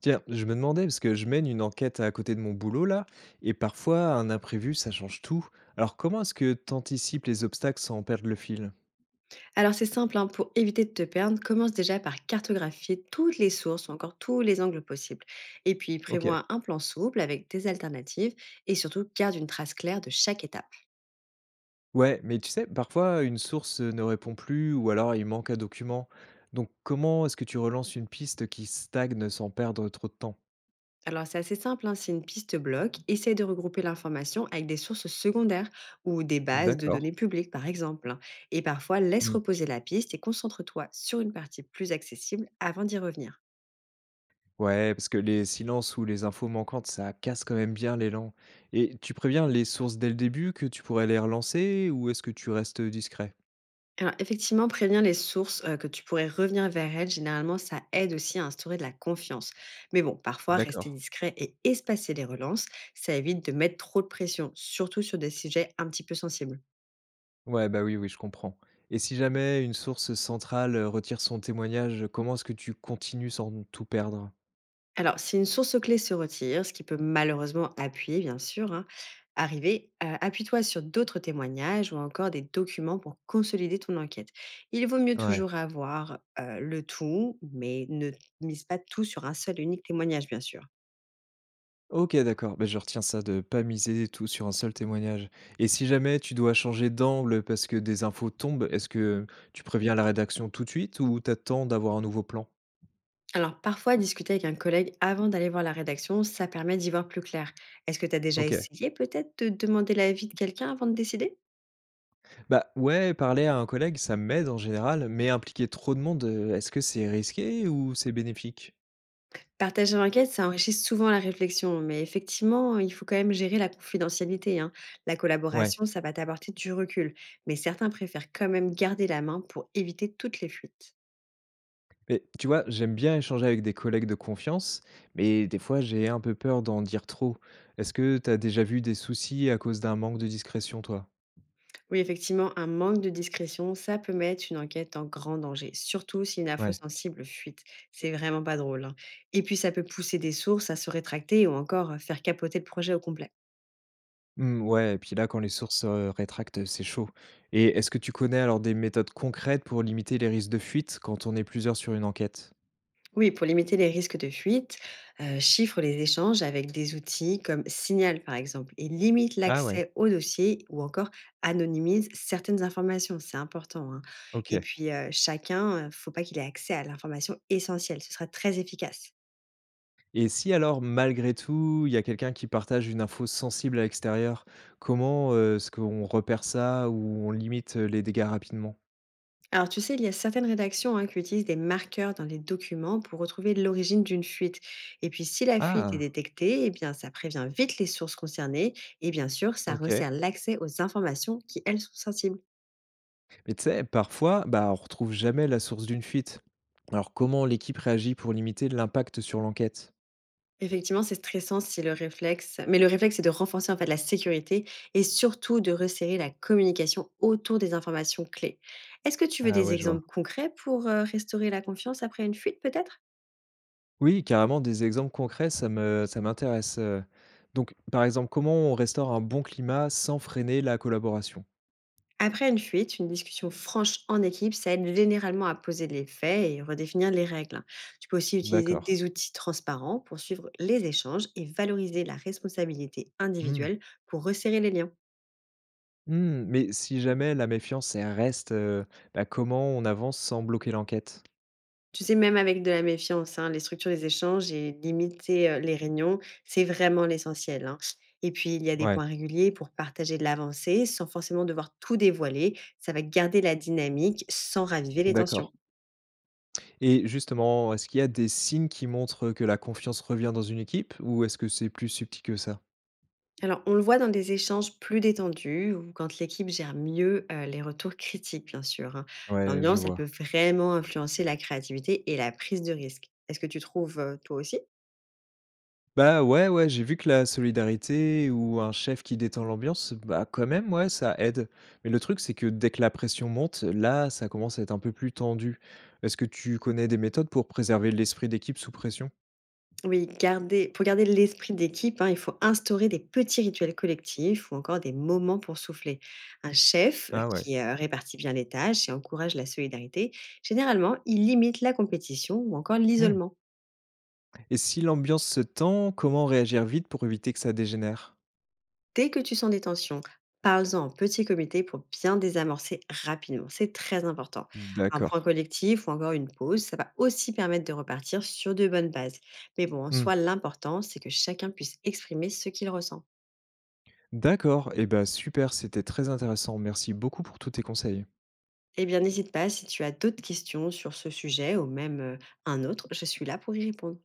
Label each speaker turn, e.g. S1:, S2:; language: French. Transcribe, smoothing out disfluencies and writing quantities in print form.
S1: Tiens, je me demandais, parce que je mène une enquête à côté de mon boulot là, et parfois un imprévu, ça change tout. Alors comment est-ce que t'anticipes les obstacles sans perdre le fil?
S2: Alors c'est simple, hein, pour éviter de te perdre, commence déjà par cartographier toutes les sources ou encore tous les angles possibles. Et puis
S1: Ok.
S2: prévois un plan souple avec des alternatives et surtout garde une trace claire de chaque étape.
S1: Ouais, mais tu sais, parfois une source ne répond plus ou alors il manque un document. Donc comment est-ce que tu relances une piste qui stagne sans perdre trop de temps?
S2: Alors c'est assez simple, hein, si une piste bloque, essaye de regrouper l'information avec des sources secondaires ou des bases de
S1: D'accord.
S2: données publiques par exemple, hein. Et parfois laisse
S1: Hmm.
S2: reposer la piste et concentre-toi sur une partie plus accessible avant d'y revenir.
S1: Ouais, parce que les silences ou les infos manquantes, ça casse quand même bien l'élan. Et tu préviens les sources dès le début que tu pourrais les relancer ou est-ce que tu restes discret?
S2: Alors effectivement, prévenir les sources que tu pourrais revenir vers elles, généralement, ça aide aussi à instaurer de la confiance. Mais bon, parfois,
S1: D'accord.
S2: rester discret et espacer les relances, ça évite de mettre trop de pression, surtout sur des sujets un petit peu sensibles.
S1: Ouais, bah, oui, oui, je comprends et si jamais une source centrale, retire son témoignage, comment est-ce que tu continues sans tout perdre?
S2: Alors, si une source clé se retire, ce qui peut malheureusement appuyer, bien sûr, hein, arriver, appuie-toi sur d'autres témoignages ou encore des documents pour consolider ton enquête. Il vaut mieux
S1: Ouais.
S2: toujours avoir le tout, mais ne mise pas tout sur un seul et unique témoignage, bien sûr.
S1: OK, d'accord, bah, je retiens ça de pas miser tout sur un seul témoignage et si jamais tu dois changer d'angle parce que des infos tombent, est-ce que tu préviens la rédaction tout de suite ou t'attends d'avoir un nouveau plan?
S2: Alors, parfois, discuter avec un collègue avant d'aller voir la rédaction, ça permet d'y voir plus clair. Est-ce que tu as déjà
S1: OK.
S2: essayé peut-être de demander l'avis de quelqu'un avant de décider?
S1: Bah, ouais, parler à un collègue, ça m'aide en général, mais impliquer trop de monde, est-ce que c'est risqué ou c'est bénéfique?
S2: Partager l'enquête, ça enrichit souvent la réflexion, mais effectivement, il faut quand même gérer la confidentialité, hein. La
S1: Ouais.
S2: collaboration, ça va t'apporter du recul, mais certains préfèrent quand même garder la main pour éviter toutes les fuites.
S1: Mais tu vois, j'aime bien échanger avec des collègues de confiance, mais des fois j'ai un peu peur d'en dire trop. Est-ce que t'as déjà vu des soucis à cause d'un manque de discrétion, toi?
S2: Oui, effectivement, un manque de discrétion, ça peut mettre une enquête en grand danger, surtout si une info
S1: Ouais.
S2: sensible fuite. C'est vraiment pas drôle, hein. Et puis, ça peut pousser des sources à se rétracter ou encore faire capoter le projet au complet.
S1: Hmm, ouais, et puis là, quand les sources rétractent, c'est chaud. Et est-ce que tu connais alors des méthodes concrètes pour limiter les risques de fuite quand on est plusieurs sur une enquête?
S2: Oui, pour limiter les risques de fuite, chiffre les échanges avec des outils comme Signal, par exemple, et limite
S1: Ah ouais,
S2: l'accès au dossier ou encore anonymise certaines informations. C'est important, hein. Et
S1: ok.
S2: puis, chacun, faut pas qu'il ait accès à l'information essentielle. Ce sera très efficace.
S1: Et si alors, malgré tout, il y a quelqu'un qui partage une info sensible à l'extérieur, comment est-ce qu'on repère ça ou on limite les dégâts rapidement?
S2: Alors, tu sais, il y a certaines rédactions, hein, qui utilisent des marqueurs dans les documents pour retrouver l'origine d'une fuite. Et puis, si la fuite est
S1: Ah,
S2: détectée, eh bien, ça prévient vite les sources concernées et bien sûr, ça
S1: ok.
S2: resserre l'accès aux informations qui, elles, sont sensibles.
S1: Mais tu sais, parfois, bah, on retrouve jamais la source d'une fuite. Alors comment l'équipe réagit pour limiter l'impact sur l'enquête?
S2: Effectivement, c'est stressant si le réflexe, mais le réflexe, c'est de renforcer en fait la sécurité et surtout de resserrer la communication autour des informations clés. Est-ce que tu veux
S1: Ah
S2: des
S1: ouais, je vois.
S2: exemples concrets pour restaurer la confiance après une fuite, peut-être?
S1: Oui, carrément, des exemples concrets, ça m'intéresse. Donc, par exemple, comment on restaure un bon climat sans freiner la collaboration?
S2: Après une fuite, une discussion franche en équipe, ça aide généralement à poser les faits et redéfinir les règles. Tu peux aussi utiliser
S1: D'accord.
S2: des outils transparents pour suivre les échanges et valoriser la responsabilité
S1: Hmm.
S2: individuelle pour resserrer les liens.
S1: Hmm, mais si jamais la méfiance elle reste, bah, comment on avance sans bloquer l'enquête?
S2: Tu sais, même avec de la méfiance, hein, les structures des échanges et limiter les réunions, c'est vraiment l'essentiel, hein. Et puis, il y a des
S1: Ouais,
S2: points réguliers pour partager de l'avancée sans forcément devoir tout dévoiler. Ça va garder la dynamique sans raviver les tensions.
S1: d'accord. Et justement, est-ce qu'il y a des signes qui montrent que la confiance revient dans une équipe ou est-ce que c'est plus subtil que ça?
S2: Alors, on le voit dans des échanges plus détendus ou quand l'équipe gère mieux les retours critiques, bien sûr, hein.
S1: Ouais, je
S2: L'ambiance, elle peut
S1: vois.
S2: vraiment influencer la créativité et la prise de risque. Est-ce que tu trouves toi aussi?
S1: Bah, ouais, j'ai vu que la solidarité ou un chef qui détend l'ambiance, bah, quand même, ouais, ça aide. Mais le truc, c'est que dès que la pression monte, là, ça commence à être un peu plus tendu. Est-ce que tu connais des méthodes pour préserver l'esprit d'équipe sous pression?
S2: Oui, garder, pour garder l'esprit d'équipe, hein, il faut instaurer des petits rituels collectifs ou encore des moments pour souffler. Un chef
S1: Ah ouais.
S2: qui répartit bien les tâches et encourage la solidarité, généralement, il limite la compétition ou encore
S1: Hmm.
S2: l'isolement.
S1: Et si l'ambiance se tend, comment réagir vite pour éviter que ça dégénère?
S2: Dès que tu sens des tensions, parle-en en petit comité pour bien désamorcer rapidement. C'est très important. Un
S1: D'accord.
S2: point collectif ou encore une pause, ça va aussi permettre de repartir sur de bonnes bases. Mais bon, en
S1: Hmm.
S2: soi, l'important, c'est que chacun puisse exprimer ce qu'il ressent.
S1: D'accord. Et bah, super, c'était très intéressant. Merci beaucoup pour tous tes conseils.
S2: Eh bien, n'hésite pas si tu as d'autres questions sur ce sujet ou même, un autre, je suis là pour y répondre.